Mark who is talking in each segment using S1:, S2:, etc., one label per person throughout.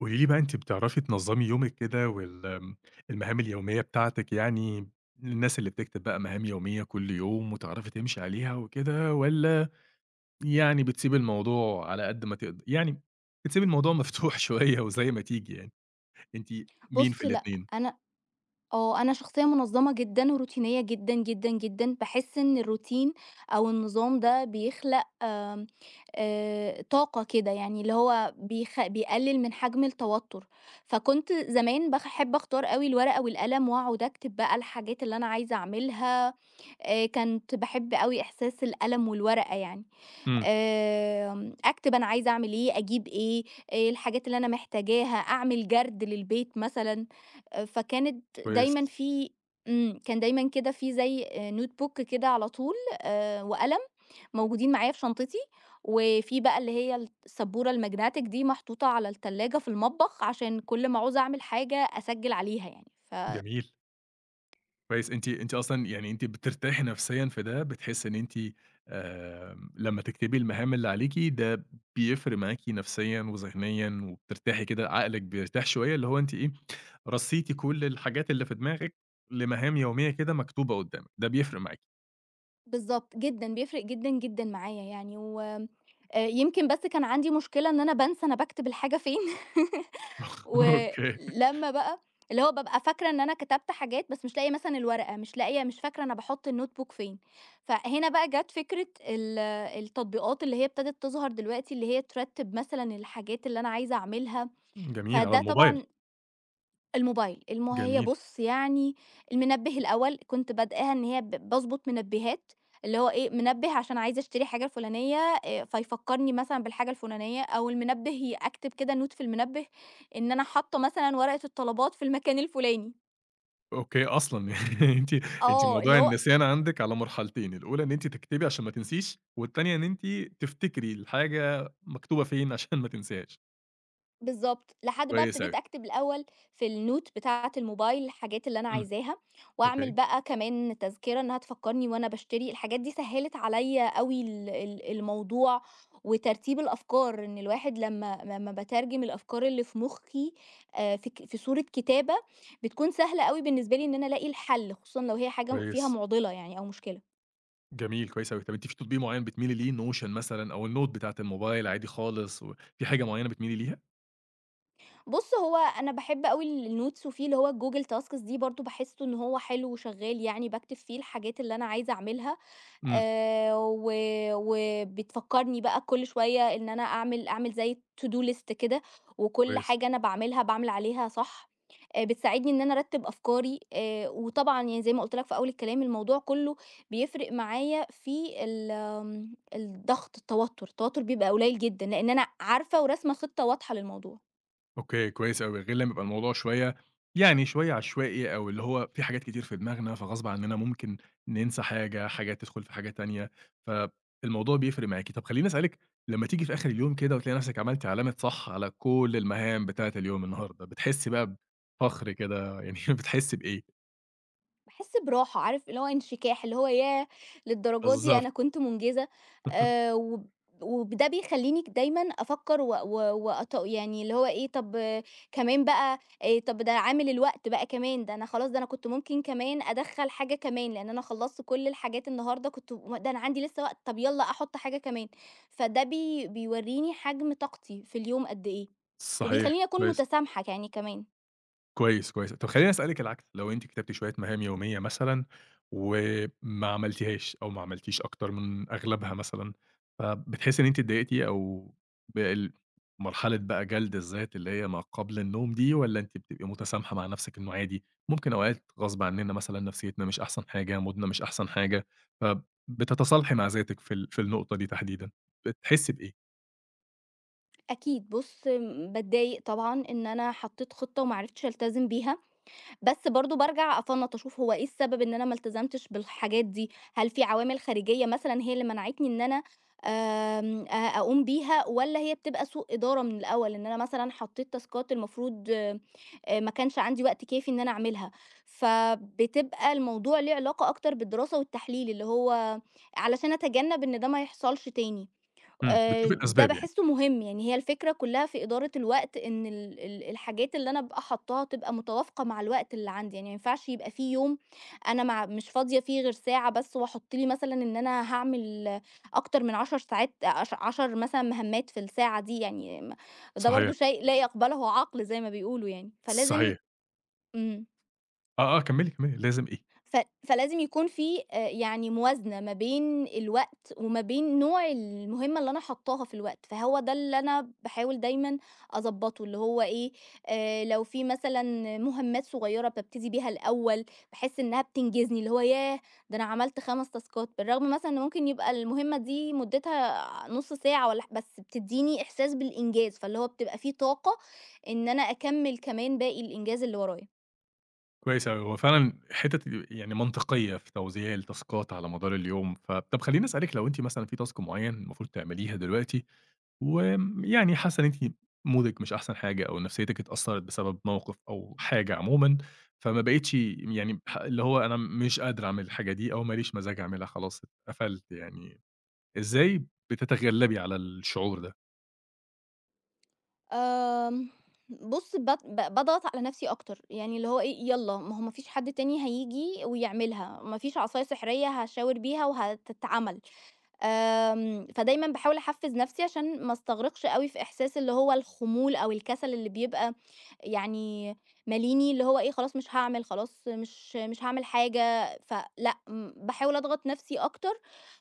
S1: قولي لي بقى أنتِ بتعرفي تنظّمي يومِك كده وال آمم، المهام اليومية بتاعتِك يعني، للناس اللي بتكتب بقى مهام يومية كل يوم وتعرفي تمشي عليها وكده، والّا يعني بتسيبي الموضوع على قد ما تقد يعني بتسيبي الموضوع مفتوح شوية وزي ما تيجي يعني، أنتِ مين
S2: بُص،
S1: في
S2: لأ،
S1: الاتنين؟
S2: أنا أنا شخصية منظمة جدًا وروتينية جدًا، جدًا، جدًا، باحس إن الروتين أو النظام ده بيخلق آمم، طاقة كده يعني اللي هو بيقلل من حجم التوتر، فكنت زمان باحب أختار أوي الورقة والقلم وأقعد أكتب بقى الحاجات اللي أنا عايزة أعملها، كنت باحب أوي إحساس القلم والورقة يعني.
S1: إمم،
S2: أكتب أنا عايزة أعمل إيه، أجيب إيه، الحاجات اللي أنا محتاجاها، أعمل جَرد للبيت مثلًا، فكانت
S1: كويس،
S2: دايمًا في إمم، كان دايمًا كده في زي notebook كده على طول وقلم موجودين معايا في شنطتي، وفي بقى اللي هي السبورة الMagnetic دي محطوطة على التلاجة في المطبخ عشان كل ما أعوز أعمل حاجة أسجّل عليها يعني، ف
S1: جميل. كويس، أنتِ أصلًا يعني أنتِ بترتاحي نفسيًا في ده، بتحسّي إن أنتِ لمّا تكتبي المهام اللي عليكِ ده بيفرق معاكِ نفسيًا وذهنيًا وبترتاحي كده عقلِك بيرتاح شوية، اللي هو أنتِ إيه، رصيتِ كل الحاجات اللي في دماغِك لمهام يومية كده مكتوبة قدّامِك، ده بيفرق معاكِ.
S2: بالضبط، جدًا، بيفرق جدًا، جدًا معايا يعني و يمكن بس كان عندي مشكلة إن أنا بانسى أنا باكتب الحاجة فين
S1: أوكي،
S2: ولمّا بقى اللي هو بابقى فاكرة إن أنا كتبت حاجات بس مش لاقية مثلًا الورقة، مش لاقية مش فاكرة أنا باحُط الnotebook فين، فهنا بقى جات فكرة التطبيقات اللي هي ابتدت تظهر دلوقتي، اللي هي ترتِّب مثلًا الحاجات اللي أنا عايزة أعملها،
S1: جميل، على
S2: فده
S1: الموبايل،
S2: طبعًا الموبايل، هي
S1: جميل،
S2: بُص يعني المنبه الأول كنت بادئاها إن هي باضبط منبهات، اللي هو إيه، منبه عشان عايزة أشتري حاجة الفلانية، فيفكّرني مثلًا بالحاجة الفلانية أو المنبه أكتب كده note في المنبه إن أنا حاطة مثلًا ورقة الطلبات في المكان الفلاني.
S1: أوكي أصلًا يعني أنتِ
S2: آه، اللي
S1: موضوع
S2: هو
S1: النسيان عندِك على مرحلتين، الأولى إن أنتِ تكتبي عشان ما تنسيش، والتانية إن أنتِ تفتكري الحاجة مكتوبة فين عشان ما تنسيهاش.
S2: بالضبط، لحد بقى
S1: كويس
S2: ابتديت
S1: أوي،
S2: أكتب الأول في الnote بتاعة الموبايل الحاجات اللي أنا
S1: إمم،
S2: عايزاها، وأعمل
S1: أوكي،
S2: بقى كمان تذكرة إنها تفكّرني وأنا باشتري، الحاجات دي سهّلت عليَّ أوي ال ال الموضوع وترتيب الأفكار، إن الواحد لمّا باترجم الأفكار اللي في مُخّي، في صورة كتابة، بتكون سهلة أوي بالنسبة لي إن أنا ألاقي الحل، خصوصًا لو هي حاجة فيها
S1: كويس،
S2: مُعضِلة يعني أو مشكلة.
S1: جميل، كويس أوي. طَب أنتِ في تطبيق معيّن بتميلي ليه notion مثلًا أو الnote بتاعة الموبايل عادي خالص وفي حاجة معيّنة بتميلي ليها؟
S2: بُص، هو أنا باحب أوي الnotes وفيه اللي هو الgoogle tasks دي برضه باحسّه إن هو حلو وشغّال يعني باكتب فيه الحاجات اللي أنا عايزة أعملها،
S1: إمم،
S2: و وبتفكّرني بقى كل شوية إن أنا أعمل زي to-do list كده، وكل
S1: كويس،
S2: حاجة أنا باعملها باعمل عليها صح، بتساعدني إن أنا أرتّب أفكاري، وطبعًا يعني زي ما قُلت لك في أول الكلام الموضوع كلّه بيفرق معايا في ال آمم الضغط، التوتُّر، التوتُّر بيبقى قليّل جدًا، لإن أنا عارفة وراسمة خطة واضحة للموضوع.
S1: أوكي، كويس أوي، غير لمّا يبقى الموضوع شوية يعني شوية عشوائي أو اللي هو في حاجات كتير في دماغنا، فغصب عننا ممكن ننسى حاجة، حاجة تدخل في حاجة تانية، فالموضوع بيفرق معاكِ. طَب خلّيني أسألِك لمّا تيجي في آخر اليوم كده وتلاقي نفسِك عملتِ علامة صح على كل المهام بتاعة اليوم النهارده، بتحسي بقى بفخر كده يعني بتحسي بإيه؟
S2: باحس براحة، عارف اللي هو انشكاح، اللي هو ياه! للدرجة دي
S1: بالضبط.
S2: أنا كنت منجزة، وب وده بيخلّيني دايمًا أفكّر و و وأط يعني اللي هو إيه، طب آه، كمان بقى طب ده عامل الوقت بقى كمان، ده أنا خلاص ده أنا كنت ممكن كمان أدخّل حاجة كمان، لإن أنا خلّصت كل الحاجات النهارده كنت م ده أنا عندي لسه وقت، طب يالّا أحُط حاجة كمان، فده بي بيورّيني حجم طاقتي في اليوم قد إيه،
S1: صحيح،
S2: وبيخلّيني أكون
S1: كويس،
S2: متسامحة يعني كمان.
S1: كويس، كويس. طب خلّيني أسألِك العكس، لو أنتِ كتبتِ شوية مهام يومية مثلًا وما عملتيهاش أو ما عملتيش أكتر من أغلبها مثلًا، فبتحسي إن أنتِ اتضايقتِ أو بال مرحلة بقى جلد الذات اللي هي ما قبل النوم دي والّا أنتِ بتبقي متسامحة مع نفسِك إنه عادي، ممكن أوقات غصب عننا مثلًا نفسيتنا مش أحسن حاجة، مودنا مش أحسن حاجة، فبتتصالحي مع ذاتِك في في النقطة دي تحديدًا؟ بتحسي بإيه؟
S2: أكيد بُص، باتضايق طبعًا إن أنا حطيت خطة وما عرفتش ألتزم بيها، بس برضه بارجع أفنّط أشوف هو إيه السبب إن أنا ما التزمتش بالحاجات دي، هل في عوامل خارجية مثلًا هي اللي منعتني إن أنا آمم، أ أقوم بيها والّا هي بتبقى سوء إدارة من الأول، إن أنا مثلًا حطيت تاسكات المفروض، ما كانش عندي وقت كافي إن أنا أعملها، فبتبقى الموضوع ليه علاقة أكتر بالدراسة والتحليل، اللي هو علشان أتجنب إن ده ما يحصلش تاني.
S1: إمم. بتشوفي
S2: ده
S1: الأسباب يعني.
S2: باحسّه مهم، يعني هي الفكرة كلّها في إدارة الوقت إن ال ال الحاجات اللي أنا أبقى حاطّاها تبقى متوافقة مع الوقت اللي عندي، يعني ما ينفعش يبقى في يوم أنا مش فاضية فيه غير ساعة بس وأحُط لي مثلًا إن أنا هاعمل أكتر من 10 ساعات 10 مثلًا مهمّات في الساعة دي يعني ده برضه
S1: صحيح،
S2: شيء لا يقبله عقل زي ما بيقولوا يعني، فلازم
S1: صحيح.
S2: إمم.
S1: آه، آه، كمّلي، كمّلي لازم إيه،
S2: ف فلازم يكون في يعني موازنة ما بين الوقت وما بين نوع المهمة اللي أنا حاطاها في الوقت، فهو ده اللي أنا باحاول دايمًا أضبّطه، اللي هو إيه، لو في مثلًا مهمات صغيرة بابتدي بيها الأول، باحس إنها بتنجزني، اللي هو ياه! ده أنا عملت 5 تاسكات، بالرغم مثلًا إن ممكن يبقى المهمة دي مدتها نُص ساعة والّا ح بس بتدّيني إحساس بالإنجاز، فاللي هو بتبقى في طاقة إن أنا أكمّل كمان باقي الإنجاز اللي ورايا.
S1: كويس أوي، هو فعلًا حتت يعني منطقية في توزيع التاسكات على مدار اليوم، طَب خلّيني أسألِك لو أنتِ مثلًا في task معيّن المفروض تعمليها دلوقتي وآمم، يعني حاسة إن أنتِ مودِك مش أحسن حاجة أو نفسيتِك اتأثّرت بسبب موقف أو حاجة عمومًا، فما بقيتش يعني ح اللي هو أنا مش قادرة أعمل الحاجة دي أو ما ليش مزاج أعملها خلاص اتقفلت يعني، إزاي بتتغلّبي على الشعور ده؟
S2: آمم، بُص بات ب باضغط على نفسي أكتر، يعني اللي هو إيه، يالّا ما هو ما فيش حد تاني هييجي ويعملها، ما فيش عصاية سحرية هاشاور بيها وهتتعمل. آمم، فدايمًا باحاول أحفّز نَفْسي عشان ما أستغرقش أوي في إحساس اللي هو الخمول أو الكسل اللي بيبقى يعني ماليني، اللي هو إيه خلاص مش هاعمل، خلاص مش هاعمل حاجة، فلأ، باحاول أضغط نَفْسي أكتر،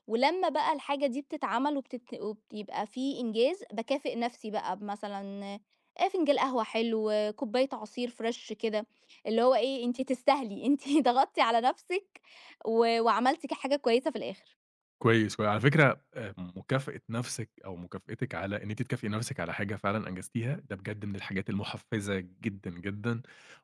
S2: ولمّا بقى الحاجة دي بتتعمل وبتت وبيبقى في إنجاز، باكافئ نَفْسي بقى بمثلًا فنجان قهوة حلو، كوباية عصير فريش كده، اللي هو إيه أنتِ تستاهلي، أنتِ ضغطتِ على نَفْسِك و وعملتِ حاجة كويسة في الآخر.
S1: كويس، وعلى فكرة مكافأة نَفْسِك أو مكافأتِك على إن أنتِ تكافئي نَفْسِك على حاجة فعلًا أنجزتيها، ده بجد من الحاجات المُحفّزة جدًا، جدًا،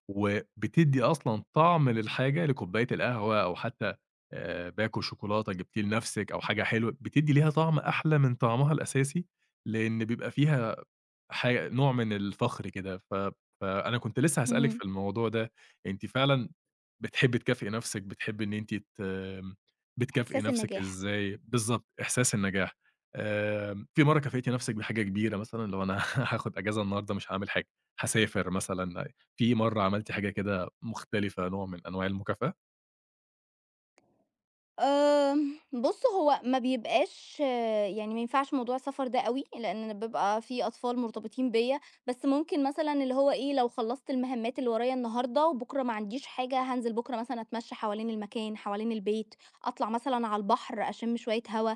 S1: وبتدّي أصلًا طعم للحاجة لكوباية القهوة أو حتى باكو شوكولاتة جبتيه لنَفْسِك أو حاجة حلوة، بتدّي ليها طعم أحلى من طعمها الأساسي، لإن بيبقى فيها ح نوع من الفخر كده، ف فأنا كنت لسه هاسألِك
S2: إمم.
S1: في الموضوع ده، أنتِ فعلًا بتحبّي تكافئي نَفْسِك، بتحبّي إن أنتِ ت بتكافئي
S2: إحساس
S1: نفسِك
S2: النجاح.
S1: إزاي؟ بالضبط، إحساس النجاح. آمم، في مرّة كافئتِ نفسِك بحاجة كبيرة مثلًا، اللي هو أنا هاخد أجازة النهارده مش هاعمل حاجة، هاسافر مثلًا، في مرّة عملتِ حاجة كده مختلفة نوع من أنواع المكافأة؟
S2: آمم، بُص هو ما بيبقاش آه، يعني ما ينفعش موضوع السفر ده أوي، لإن أنا بيبقى في أطفال مرتبطين بيّا، بس ممكن مثلًا اللي هو إيه، لو خلّصت المهمات اللي ورايا النهارده وبُكرة ما عنديش حاجة، هانزل بُكرة مثلًا أتمشى حوالين المكان، حوالين البيت، أطلع مثلًا على البحر أشم شوية هوا،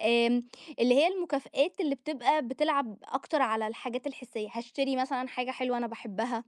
S2: آمم، اللي هي المكافآت اللي بتبقى بتلعب أكتر على الحاجات الحسية، هاشتري مثلًا حاجة حلوة أنا باحبها.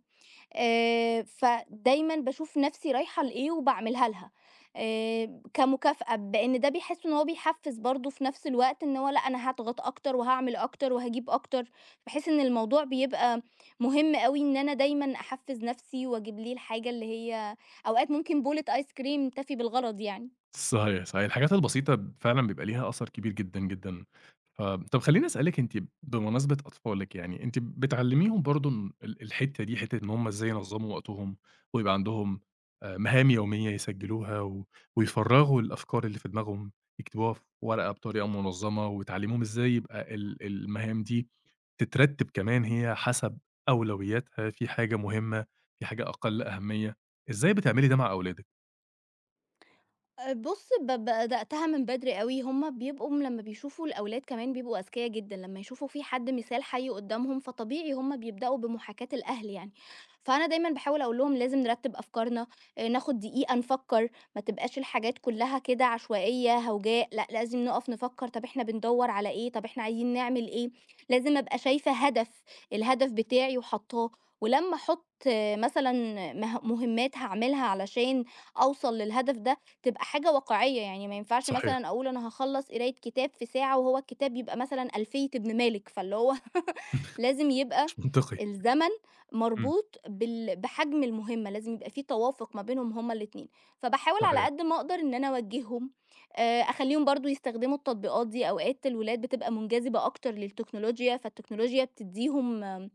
S2: فدايمًا باشوف نَفْسي رايحة لإيه وباعملها لها كمكافأة، بإن ده بيحسّوا إن هو بيحفّز برضه في نَفْس الوقت إن هو لأ، أنا هاضغط أكتر وهاعمل أكتر وهاجيب أكتر، باحس إن الموضوع بيبقى مهم أوي إن أنا دايمًا أحفّز نَفْسي وأجيب ليه الحاجة اللي هي أوقات ممكن بولة آيس كريم تفي بالغرض يعني.
S1: صحيح، صحيح. الحاجات البسيطة فعلًا بيبقى ليها أثر كبير جدًا، جدًا. طب خلّيني أسألِك أنتِ بمناسبة أطفالِك يعني، أنتِ بتعلّميهم برضه إن الحتّة دي، حتّة إن هم إزاي ينظّموا وقتهم ويبقى عندهم مهام يومية يسجّلوها و ويفرّغوا الأفكار اللي في دماغهم، يكتبوها في ورقة بطريقة منظّمة وتعلّميهم إزاي يبقى المهام دي تترتّب كمان هي حسب أولوياتها، في حاجة مهمة، في حاجة أقل أهمية. إزاي بتعملي ده مع أولادِك؟
S2: بُص، بدأتها من بدري أوي، هُم بيبقوا لمّا بيشوفوا الأولاد كمان بيبقوا أذكيا جدًا، لمّا يشوفوا في حد مثال حَي قدّامهم، فطبيعي هُم بيبدأوا بمحاكاة الأهل يعني. فأنا دايمًا باحاول أقول لهم لازم نرتّب أفكارنا، ناخد دقيقة نفكّر، ما تبقاش الحاجات كلّها كده عشوائية، هوجاء، لأ لازم نُقف نفكّر طَب إحنا بندوّر على إيه، طَب إحنا عايزين نعمل إيه، لازم أبقى شايفة هدف، الهدف بتاعي وحاطاه، ولمّا أحُط آه، مثلًا مهمات هاعملها علشان أوصل للهدف ده تبقى حاجة واقعية، يعني ما ينفعش
S1: صحيح،
S2: مثلًا أقول أنا هاخلّص قراية كتاب في ساعة وهو الكتاب يبقى مثلًا ألفية ابن مالك، فاللي هو لازم يبقى
S1: مش منطقي.
S2: الزمن
S1: إمم،
S2: مربوط بحجم المهمة، لازم يبقى في توافق ما بينهم هُم الاتنين، فباحاول على
S1: صحيح،
S2: قد ما أقدر إن أنا أوجّههم، أخلّيهم برضه يستخدموا التطبيقات دي، أوقات الولاد بتبقى منجذبة أكتر للتكنولوجيا، فالتكنولوجيا بتدّيهم آم،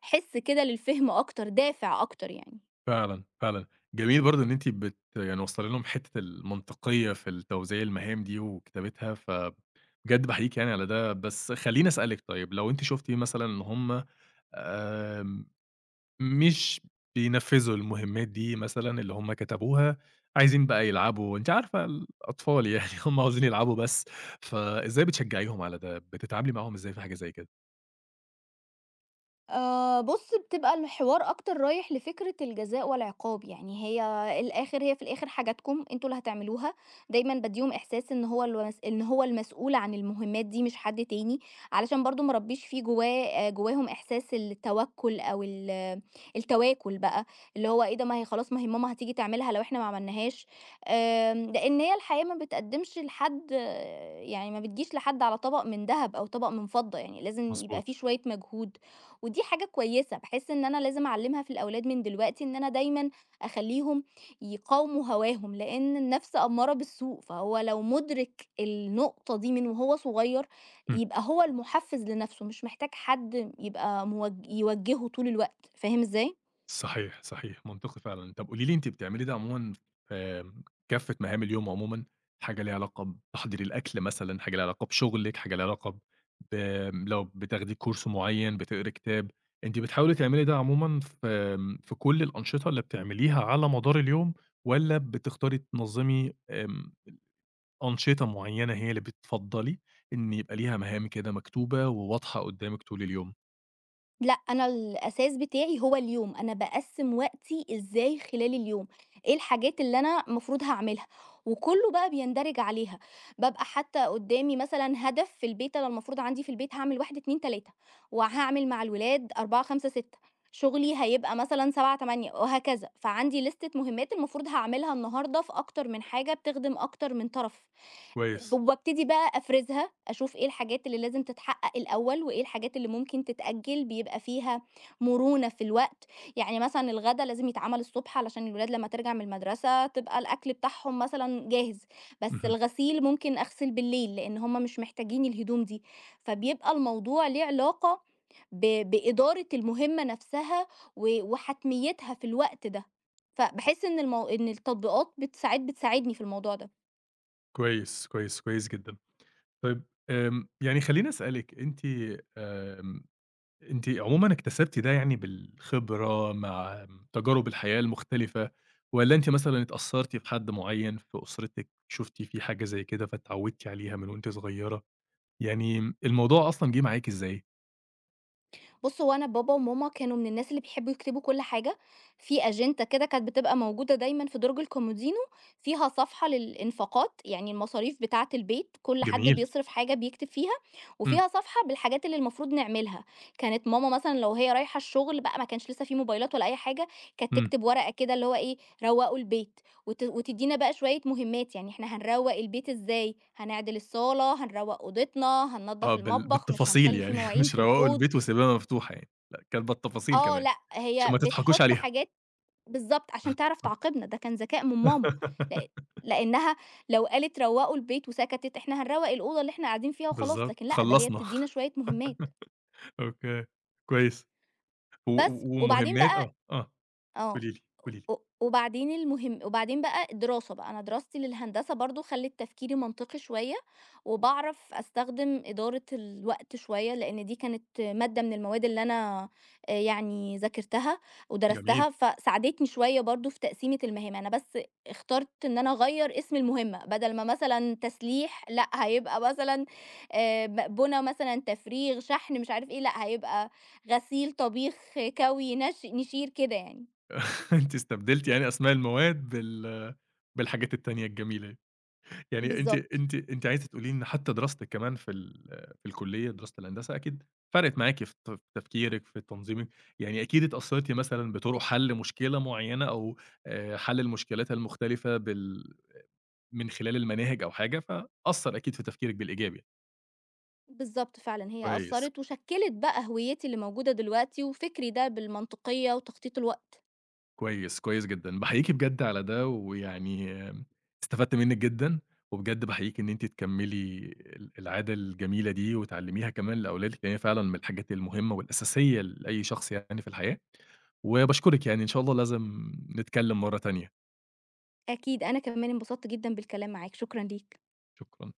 S2: حِس كده للفهم أكتر، دافع أكتر يعني.
S1: فعلًا، فعلًا. جميل برضه إن أنتِ بت يعني واصلة لهم حتّة المنطقية في التوزيع المهام دي وكتابتها، فبجد باحييكِ يعني على ده، بس خلّيني أسألِك طيب لو أنتِ شُفتِ مثلًا إن هم آمم، مش بينفّذوا المهمات دي مثلًا اللي هم كتبوها، عايزين بقى يلعبوا، أنتِ عارفة الأطفال يعني هم عاوزين يلعبوا بس، فإزاي بتشجّعيهم على ده، بتتعاملي معاهم إزاي في حاجة زي كده؟
S2: بُص، بتبقى الحوار أكتر رايح لفكرة الجزاء والعقاب، يعني هي في الآخر حاجاتكم أنتم اللي هتعملوها، دايمًا بادّيهم إحساس إن هو المسؤول عن المهمات دي مش حد تاني، علشان برضه ما اربّيش في جواهم إحساس التوكُّل أو التواكُل بقى، اللي هو إيه ده ما هي ماما هتيجي تعملها لو إحنا ما عملناهاش، آمم لإن هي الحياة ما بتقدّمش لحد يعني ما بتجيش لحد على طبق من دهب أو طبق من فضّة، يعني لازم يبقى في
S1: مضبوط.
S2: شوية مجهود، ودي حاجة كويسة، باحس إن أنا لازم أعلّمها في الأولاد من دلوقتي، إن أنا دايمًا أخلّيهم يقاوموا هواهم، لإن النَفْس أمّارة بالسوء، فهو لو مُدرِك النقطة دي من وهو صغير،
S1: إمم.
S2: يبقى هو المُحفّز لنَفْسه، مش محتاج حد يبقى يوجّهه طول الوقت، فاهم إزاي؟
S1: صحيح، صحيح، منطقي فعلًا. طب قولي لي أنتِ بتعملي إيه ده عمومًا في كافة مهام اليوم عمومًا، حاجة ليها علاقة بتحضير الأكل مثلًا، حاجة ليها علاقة بشغلِك، حاجة ليها علاقة ب لو بتاخدي كورس معين، بتقري كتاب، أنتِ بتحاولي تعملي ده عمومًا في في كل الأنشطة اللي بتعمليها على مدار اليوم، والّا بتختاري تنظمي آمم، أنشطة معينة هي اللي بتفضّلي إن يبقى ليها مهام كده مكتوبة وواضحة قدامِك طول اليوم؟
S2: لأ، أنا الأساس بتاعي هو اليوم، أنا باقسّم وقتي إزاي خلال اليوم، إيه الحاجات اللي أنا المفروض هاعملها، وكلّه بقى بيندرج عليها، بابقى حاطة قدّامي مثلًا هدف في البيت أنا المفروض عندي في البيت هاعمل 1، 2، 3 وهاعمل مع الولاد 4، 5، 6 شغلي هيبقى مثلًا 7، 8 وهكذا، فعندي لِستة مهمّات المفروض هاعملها النهارده في أكتر من حاجة بتخدم أكتر من طرف. ب
S1: كويس،
S2: وابتدي بقى أفرزها، أشوف إيه الحاجات اللي لازم تتحقق الأول، وإيه الحاجات اللي ممكن تتأجل، بيبقى فيها مرونة في الوقت، يعني مثلًا الغدا لازم يتعمل الصبح علشان الولاد لمّا ترجع من المدرسة تبقى الأكل بتاعهم مثلًا جاهز، بس
S1: اهم،
S2: الغسيل ممكن أغسل بالليل، لإن هم مش محتاجين الهدوم دي، فبيبقى الموضوع ليه علاقة بإدارة المهمة نفسها و وحتميتها في الوقت ده، فباحس إن التطبيقات ساعات بتساعدني في الموضوع ده.
S1: كويس، كويس، كويس جدًا. طيب يعني خلّيني أسألِك أنتِ آمم، أنتِ عمومًا اكتسبتِ ده يعني بالخبرة مع تجارب الحياة المختلفة، والّا أنتِ مثلًا اتأثّرتِ بحد معيّن في أسرتِك، شُفتِ فيه حاجة زي كده فاتعوّدتِ عليها من وأنتِ صغيّرة؟ يعني الموضوع أصلًا جِه معاكِ إزاي؟
S2: بُص، هو أنا بابا وماما كانوا من الناس اللي بيحبّوا يكتبوا كل حاجة، في أجندة كده كانت بتبقى موجودة دايمًا في درج الكومودينو، فيها صفحة للإنفاقات، يعني المصاريف بتاعة البيت، كل حد
S1: جميل،
S2: بيصرف حاجة بيكتب فيها،
S1: إمم،
S2: وفيها صفحة بالحاجات اللي المفروض نعملها. كانت ماما مثلًا لو هي رايحة الشغل بقى ما كانش لسه في موبايلات ولا أي حاجة، كانت
S1: إمم،
S2: تكتب ورقة كده اللي هو إيه، روّقوا البيت، وت وتدّينا بقى شوية مهمات، يعني إحنا هنروّق البيت إزاي، هنعدل الصالة، هنروّق أوضتنا،
S1: آه
S2: هننضف
S1: بال
S2: المطبخ، مش
S1: بالتفاصيل
S2: هنخلّي في
S1: يعني
S2: مواعين
S1: مش
S2: في
S1: روّقوا
S2: الحوض،
S1: البيت وسيبوها مفتوحة يعني، لأ كانت بالتفاصيل
S2: آه،
S1: كمان،
S2: لأ،
S1: عشان
S2: هي
S1: ما تضحكوش
S2: بتحُط
S1: عليها.
S2: حاجات بالضبط عشان تعرف تعاقبنا، ده كان ذكاء من ماما، لأ لإنها لو قالت روّقوا البيت وسكتت، إحنا هنروّق الأوضة اللي إحنا قاعدين فيها وخلاص،
S1: بالضبط،
S2: لكن لأ، ده هي
S1: خلّصنا،
S2: بتدّينا شوية مهمات،
S1: أوكي، كويس. و
S2: بس.
S1: و
S2: وبعدين
S1: ومهمات
S2: بقى
S1: آه، آه،
S2: آه.
S1: قولي لي، قولي لي.
S2: و وبعدين المهم وبعدين بقى الدراسة بقى، أنا دراستي للهندسة برضه خلِّت تفكيري منطقي شوية، وباعرف أستخدم إدارة الوقت شوية، لإن دي كانت مادة من المواد اللي أنا يعني ذاكرتها
S1: جميل.
S2: ودرستها، فساعدتني شوية برضه في تقسيمة المهام، أنا بس اخترت إن أنا أغيّر اسم المهمة، بدل ما مثلًا تسليح، لأ هيبقى مثلًا مقبونة مثلًا تفريغ، شحن، مش عارف إيه، لأ هيبقى غسيل، طبيخ، كَوي، نشير، كده يعني.
S1: أنتِ استبدلتِ يعني أسماء المواد بال بالحاجات التانية الجميلة. دي. يعني أنتِ
S2: بالضبط،
S1: أنتِ أنتِ عايزة تقولي لي إن حتى دراستِك كمان في في الكلية، دراسة الهندسة أكيد فرقِت معاكِ في ت في تفكيرِك، في تنظيمِك، يعني أكيد اتأثرتِ مثلًا بطرق حل مشكلة معينة أو حل المشكلات المختلفة بال من خلال المناهج أو حاجة، فأثّر أكيد في تفكيرِك بالإيجاب يعني.
S2: بالضبط فعلًا، هي
S1: كويس.
S2: أثّرت وشكِّلت بقى هويتي اللي موجودة دلوقتي وفكري ده بالمنطقية وتخطيط الوقت.
S1: كويس، كويس جدًا، باحييكِ بجد على ده، ويعني استفدت منِّك جدًا، وبجد باحييكِ إن أنتِ تكمّلي ال العادة الجميلة دي وتعلّميها كمان لأولادِك، لإن هي فعلًا من الحاجات المهمة والأساسية لأي شخص يعني في الحياة، وباشكرِك يعني إن شاء الله لازم نتكلّم مرّة تانية،
S2: أكيد، أنا كمان انبسطت جدًا بالكلام معاك، شكرًا ليك.
S1: شكرًا.